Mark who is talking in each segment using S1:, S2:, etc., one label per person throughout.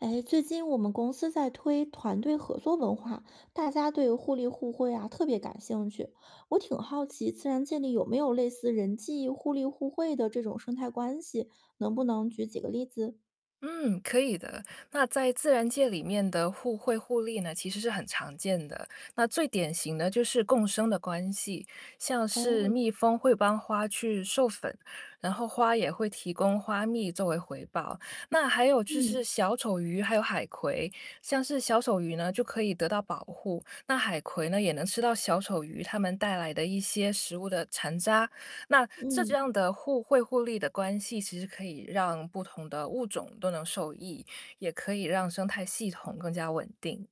S1: 哎，最近我们公司在推团队合作文化，大家对互利互惠啊特别感兴趣。我挺好奇，自然界里有没有类似人际互利互惠的这种生态关系？能不能举几个例子？
S2: 嗯，可以的。那在自然界里面的互惠互利呢，其实是很常见的。那最典型的就是共生的关系，像是
S1: 哦，
S2: 蜜蜂会帮花去授粉，然后花也会提供花蜜作为回报。那还有就是
S1: 嗯
S2: 小丑鱼，还有海葵，像是小丑鱼呢就可以得到保护，那海葵呢也能吃到小丑鱼它们带来的一些食物的残渣，那这这
S1: 嗯，
S2: 样的互惠互利的关系，其实可以让不同的物种都能受益，也可以让生态系统更加稳定。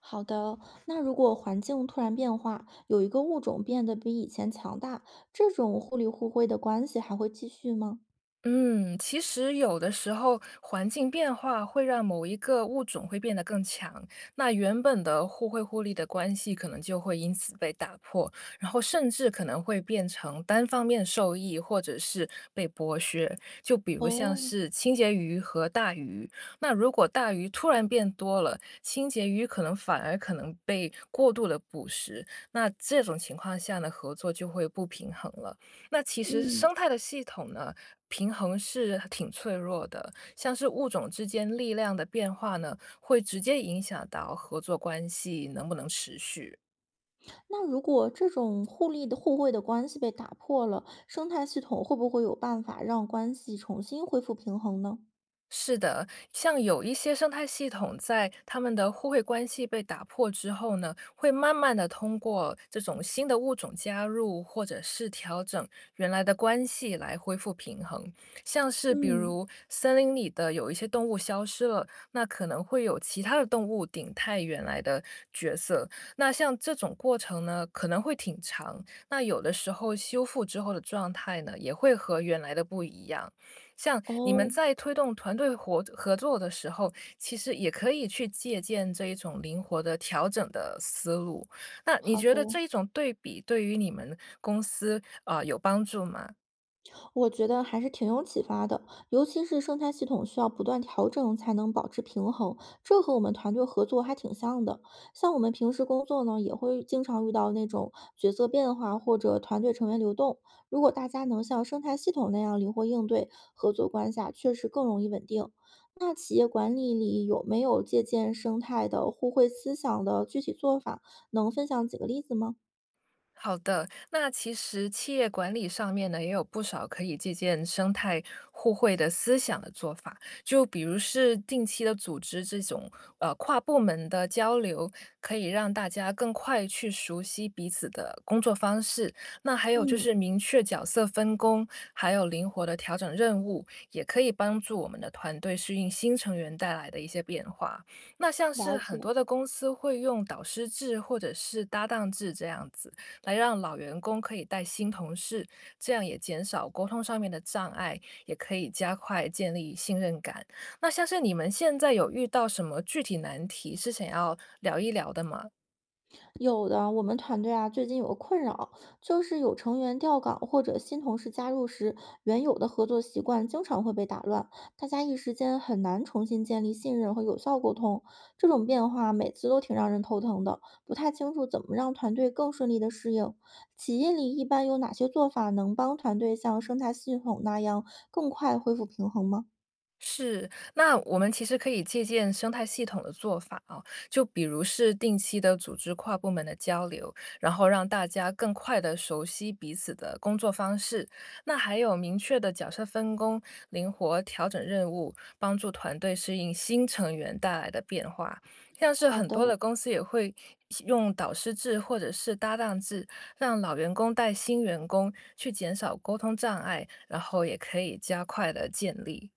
S1: 好的。那如果环境突然变化，有一个物种变得比以前强大，这种互利互惠的关系还会继续吗？
S2: 嗯，其实有的时候环境变化会让某一个物种会变得更强，那原本的互惠互利的关系可能就会因此被打破，然后甚至可能会变成单方面受益，或者是被剥削。就比如像
S1: 哦，
S2: 是清洁鱼和大鱼，那如果大鱼突然变多了，清洁鱼可能反而可能被过度的捕食，那这种情况下呢，合作就会不平衡了。那其实
S1: 嗯。
S2: 生态的系统呢，平衡是挺脆弱的，像是物种之间力量的变化呢，会直接影响到合作关系能不能持续。
S1: 那如果这种互利的互惠的关系被打破了，生态系统会不会有办法让关系重新恢复平衡呢？
S2: 是的，像有一些生态系统在它们的互惠关系被打破之后呢，会慢慢的通过这种新的物种加入，或者是调整原来的关系来恢复平衡。像是比
S1: 嗯，
S2: 如森林里的有一些动物消失了，那可能会有其他的动物顶替原来的角色。那像这种过程呢，可能会挺长。那有的时候修复之后的状态呢，也会和原来的不一样。像你们
S1: 哦，
S2: 在推动团队合作的时候，其实也可以去借鉴这一种灵活的调整的思路。那你
S1: 好
S2: 觉得
S1: 的。
S2: 这一种对比对于你们公司啊、有帮助吗？
S1: 我觉得还是挺有启发的，尤其是生态系统需要不断调整才能保持平衡，这和我们团队合作还挺像的。像我们平时工作呢，也会经常遇到那种角色变化或者团队成员流动。如果大家能像生态系统那样灵活应对，合作关系啊确实更容易稳定。那企业管理里有没有借鉴生态的互惠思想的具体做法？能分享几个例子吗？
S2: 好的，那其实企业管理上面呢，也有不少可以借鉴生态互惠的思想的做法，就比如是定期的组织这种跨部门的交流，可以让大家更快去熟悉彼此的工作方式。那还有就
S1: 嗯，
S2: 是明确角色分工，还有灵活的调整任务，也可以帮助我们的团队适应新成员带来的一些变化。那像是
S1: 了解。
S2: 很多的公司会用导师制或者是搭档制这样子。来让老员工可以带新同事，这样也减少沟通上面的障碍，也可以加快建立信任感。那像是你们现在有遇到什么具体难题是想要聊一聊的吗？
S1: 有的，我们团队啊，最近有个困扰，就是有成员调岗或者新同事加入时，原有的合作习惯经常会被打乱，大家一时间很难重新建立信任和有效沟通。这种变化每次都挺让人头疼的，不太清楚怎么让团队更顺利的适应。企业里一般有哪些做法能帮团队像生态系统那样更快恢复平衡吗？
S2: 是，那我们其实可以借鉴生态系统的做法啊，就比如是定期的组织跨部门的交流，然后让大家更快的熟悉彼此的工作方式。那还有明确的角色分工，灵活调整任务，帮助团队适应新成员带来的变化。像是
S1: 好
S2: 很
S1: 的，
S2: 多的公司也会用导师制或者是搭档制，让老员工带新员工，去减少沟通障碍，然后也可以加快的建立。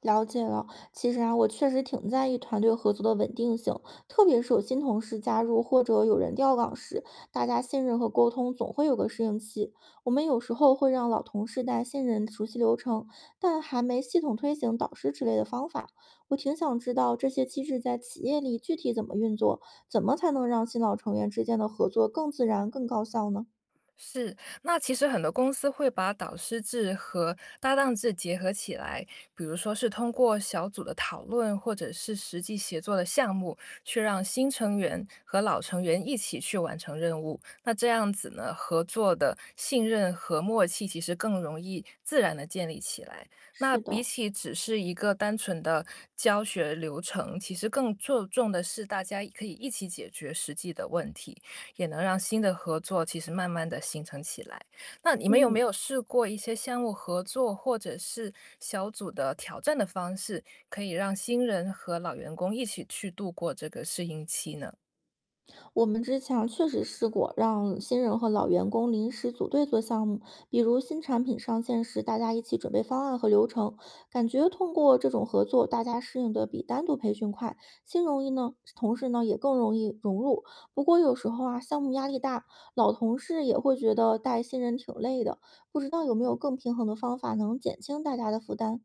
S1: 了解了，其实啊，我确实挺在意团队合作的稳定性，特别是有新同事加入或者有人调岗时，大家信任和沟通总会有个适应期。我们有时候会让老同事带新人熟悉流程，但还没系统推行导师之类的方法。我挺想知道这些机制在企业里具体怎么运作，怎么才能让新老成员之间的合作更自然、更高效呢？
S2: 是，那其实很多公司会把导师制和搭档制结合起来，比如说是通过小组的讨论，或者是实际协作的项目，去让新成员和老成员一起去完成任务。那这样子呢，合作的信任和默契其实更容易自然的建立起来。那
S1: 是
S2: 比
S1: 的，
S2: 起只是一个单纯的教学流程，其实更注重的是大家可以一起解决实际的问题。也能让新的合作其实慢慢的形成起来。那你们有没
S1: 嗯。
S2: 有试过一些项目合作或者是小组的挑战的方式，可以让新人和老员工一起去度过这个适应期呢？
S1: 我们之前确实试过让新人和老员工临时组队做项目，比如新产品上线时，大家一起准备方案和流程，感觉通过这种合作，大家适应的比单独培训快，新容易呢，同时呢也更容易融入。不过有时候啊，项目压力大，老同事也会觉得带新人挺累的，不知道有没有更平衡的方法能减轻大家的负担？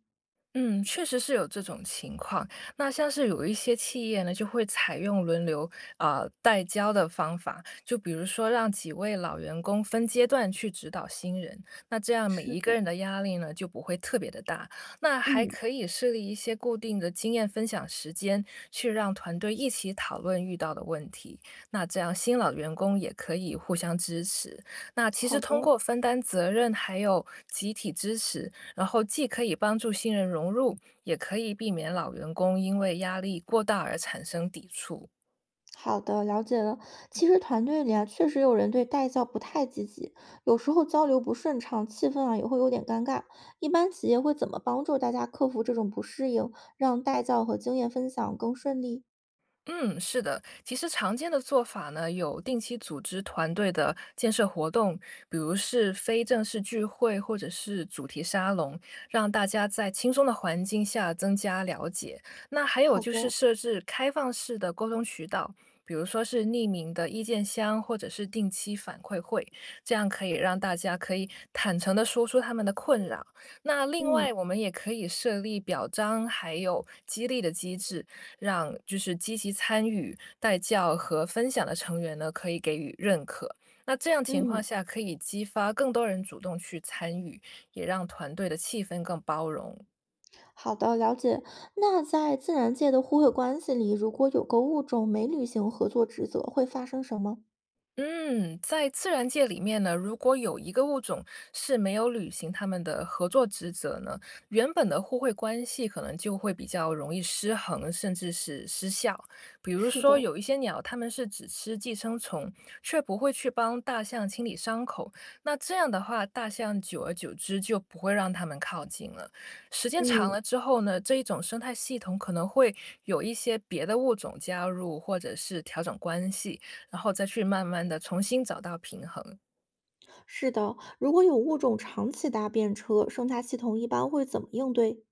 S2: 嗯，确实是有这种情况。那像是有一些企业呢，就会采用轮流啊、代教的方法，就比如说让几位老员工分阶段去指导新人，那这样每一个人的压力呢就不会特别的大。那还
S1: 嗯，
S2: 可以设立一些固定的经验分享时间，去让团队一起讨论遇到的问题。那这样新老员工也可以互相支持。那其实
S1: 好
S2: 通
S1: 的。
S2: 过分担责任还有集体支持，然后既可以帮助新人融入，也可以避免老员工因为压力过大而产生抵触。
S1: 好的，了解了。其实团队里啊，确实有人对带教不太积极，有时候交流不顺畅，气氛啊也会有点尴尬。一般企业会怎么帮助大家克服这种不适应，让带教和经验分享更顺利？
S2: 嗯，是的。其实常见的做法呢，有定期组织团队的建设活动，比如是非正式聚会或者是主题沙龙，让大家在轻松的环境下增加了解。那还有
S1: 好
S2: 就是
S1: 的，
S2: 设置开放式的沟通渠道，比如说是匿名的意见箱，或者是定期反馈会，这样可以让大家可以坦诚的说出他们的困扰。那另外，
S1: 嗯
S2: 我们也可以设立表彰还有激励的机制，让就是积极参与、带教和分享的成员呢，可以给予认可。那这样情况
S1: 嗯，
S2: 下，可以激发更多人主动去参与，也让团队的气氛更包容。
S1: 好的，了解。那在自然界的互惠关系里，如果有个物种没履行合作职责，会发生什么？
S2: 嗯，在自然界里面呢，如果有一个物种是没有履行它们的合作职责呢，原本的互惠关系可能就会比较容易失衡，甚至是失效。比如
S1: 是
S2: 说，
S1: 的。
S2: 有一些鸟，它们是只吃寄生虫，却不会去帮大象清理伤口。那这样的话，大象久而久之就不会让它们靠近了。时间长
S1: 嗯，
S2: 了之后呢，这一种生态系统可能会有一些别的物种加入，或者是调整关系。然后再去慢慢的重新找到平衡。
S1: 是的。如果有物种长期搭便车，生态系统一般会怎么应对？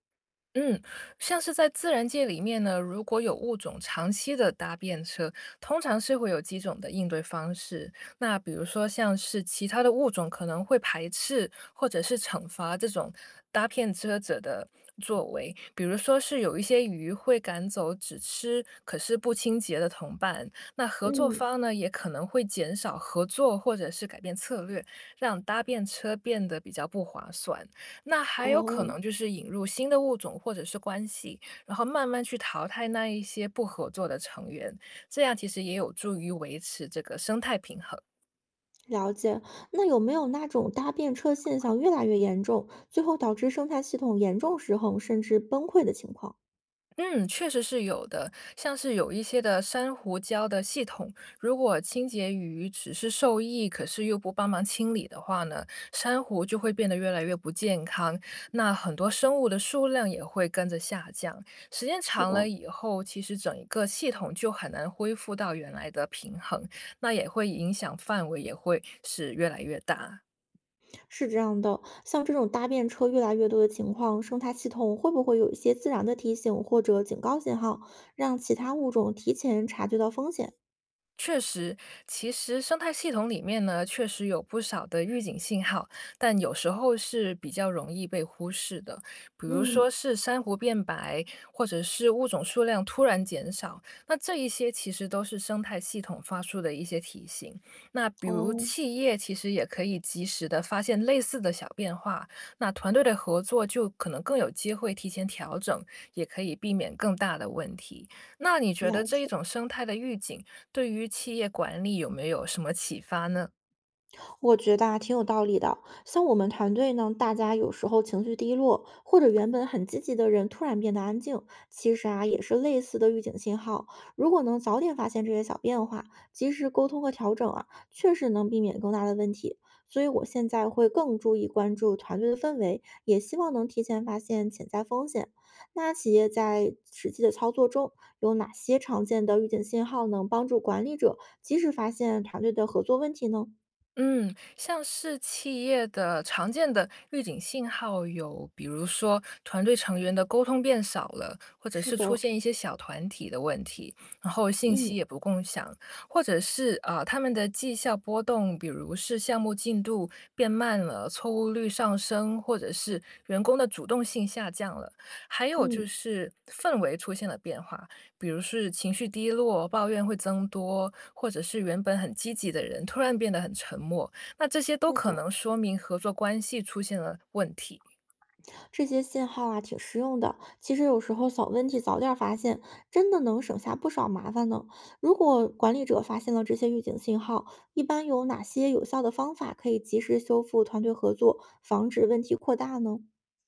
S2: 嗯，像是在自然界里面呢，如果有物种长期的搭便车，通常是会有几种的应对方式。那比如说像是其他的物种可能会排斥或者是惩罚这种搭便车者的作为，比如说是有一些鱼会赶走只吃可是不清洁的同伴，那合作
S1: 嗯，
S2: 方呢也可能会减少合作或者是改变策略，让搭便车变得比较不划算。那还有可
S1: 哦，
S2: 能就是引入新的物种或者是关系，然后慢慢去淘汰那一些不合作的成员，这样其实也有助于维持这个生态平衡。
S1: 了解。那有没有那种搭便车现象越来越严重，最后导致生态系统严重失衡甚至崩溃的情况？
S2: 嗯，确实是有的，像是有一些的珊瑚礁的系统，如果清洁鱼只是受益，可是又不帮忙清理的话呢，珊瑚就会变得越来越不健康，那很多生物的数量也会跟着下降。时间
S1: 是
S2: 长
S1: 的，
S2: 了以后，其实整一个系统就很难恢复到原来的平衡，那也会影响范围，也会是越来越大。
S1: 是这样的。像这种搭便车越来越多的情况，生态系统会不会有一些自然的提醒或者警告信号，让其他物种提前察觉到风险？
S2: 确实，其实生态系统里面呢，确实有不少的预警信号，但有时候是比较容易被忽视的，比如
S1: 嗯，
S2: 说是珊瑚变白，或者是物种数量突然减少，那这一些其实都是生态系统发出的一些提醒。那比如
S1: 哦，
S2: 企业其实也可以及时的发现类似的小变化，那团队的合作就可能更有机会提前调整，也可以避免更大的问题。那你觉得
S1: 了
S2: 这一
S1: 解。
S2: 种生态的预警？对于企业管理有没有什么启发呢？
S1: 我觉得啊，挺有道理的。像我们团队呢，大家有时候情绪低落，或者原本很积极的人突然变得安静，其实啊，也是类似的预警信号。如果能早点发现这些小变化，及时沟通和调整啊，确实能避免更大的问题。所以我现在会更注意关注团队的氛围，也希望能提前发现潜在风险。那企业在实际的操作中，有哪些常见的预警信号能帮助管理者及时发现团队的合作问题呢？
S2: 嗯，像是企业的常见的预警信号有，比如说团队成员的沟通变少了，或者
S1: 是
S2: 是出
S1: 的，
S2: 现一些小团体的问题，然后信
S1: 嗯
S2: 息也不共享，或者是啊、他们的绩效波动，比如是项目进度变慢了，错误率上升，或者是员工的主动性下降了，还有就
S1: 嗯，
S2: 是氛围出现了变化，比如是情绪低落、抱怨会增多，或者是原本很积极的人突然变得很沉默，那这些都
S1: 那
S2: 可
S1: 的，
S2: 能说明合作关系出现了问题。
S1: 这些信号啊挺实用的。其实有时候小问题早点儿发现，真的能省下不少麻烦呢。如果管理者发现了这些预警信号，一般有哪些有效的方法可以及时修复团队合作，防止问题扩大呢？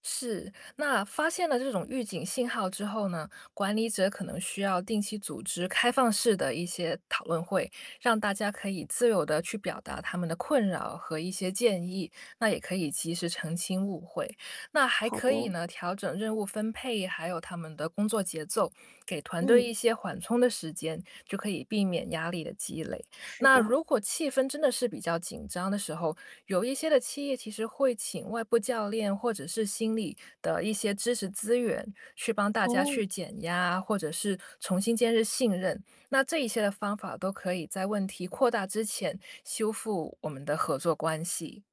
S2: 是，那发现了这种预警信号之后呢，管理者可能需要定期组织开放式的一些讨论会，让大家可以自由的去表达他们的困扰和一些建议，那也可以及时澄清误会。那还
S1: 好
S2: 可
S1: 的，
S2: 以呢，调整任务分配，还有他们的工作节奏，给团队一
S1: 嗯，
S2: 些缓冲的时间，就可以避免压力的积累。
S1: 是
S2: 那
S1: 的，
S2: 如果气氛真的是比较紧张的时候，有一些的企业其实会请外部教练或者是心理的一些支持资源，去帮大家
S1: 哦，
S2: 去减压，或者是重新建立信任。那这一些的方法都可以在问题扩大之前修复我们的合作关系。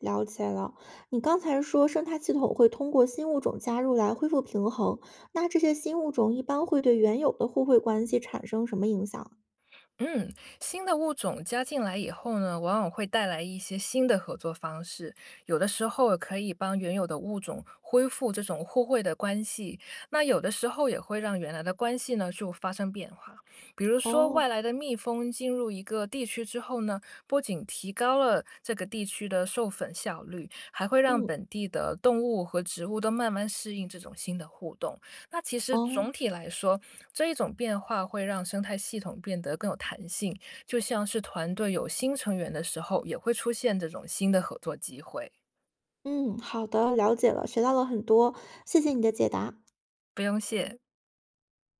S1: 了解了。你刚才说生态系统会通过新物种加入来恢复平衡，那这些新物种一般会对原有的互惠关系产生什么影响？
S2: 嗯，新的物种加进来以后呢，往往会带来一些新的合作方式，有的时候可以帮原有的物种恢复这种互惠的关系，那有的时候也会让原来的关系呢就发生变化。比如说，
S1: 哦，
S2: 外来的蜜蜂进入一个地区之后呢，不仅提高了这个地区的授粉效率，还会让
S1: 嗯。
S2: 本地的动物和植物都慢慢适应这种新的互动。那其实总
S1: 哦，
S2: 体来说，这一种变化会让生态系统变得更有弹性，就像是团队有新成员的时候，也会出现这种新的合作机会。
S1: 嗯，好的，了解了，学到了很多，谢谢你的解答。
S2: 不用谢。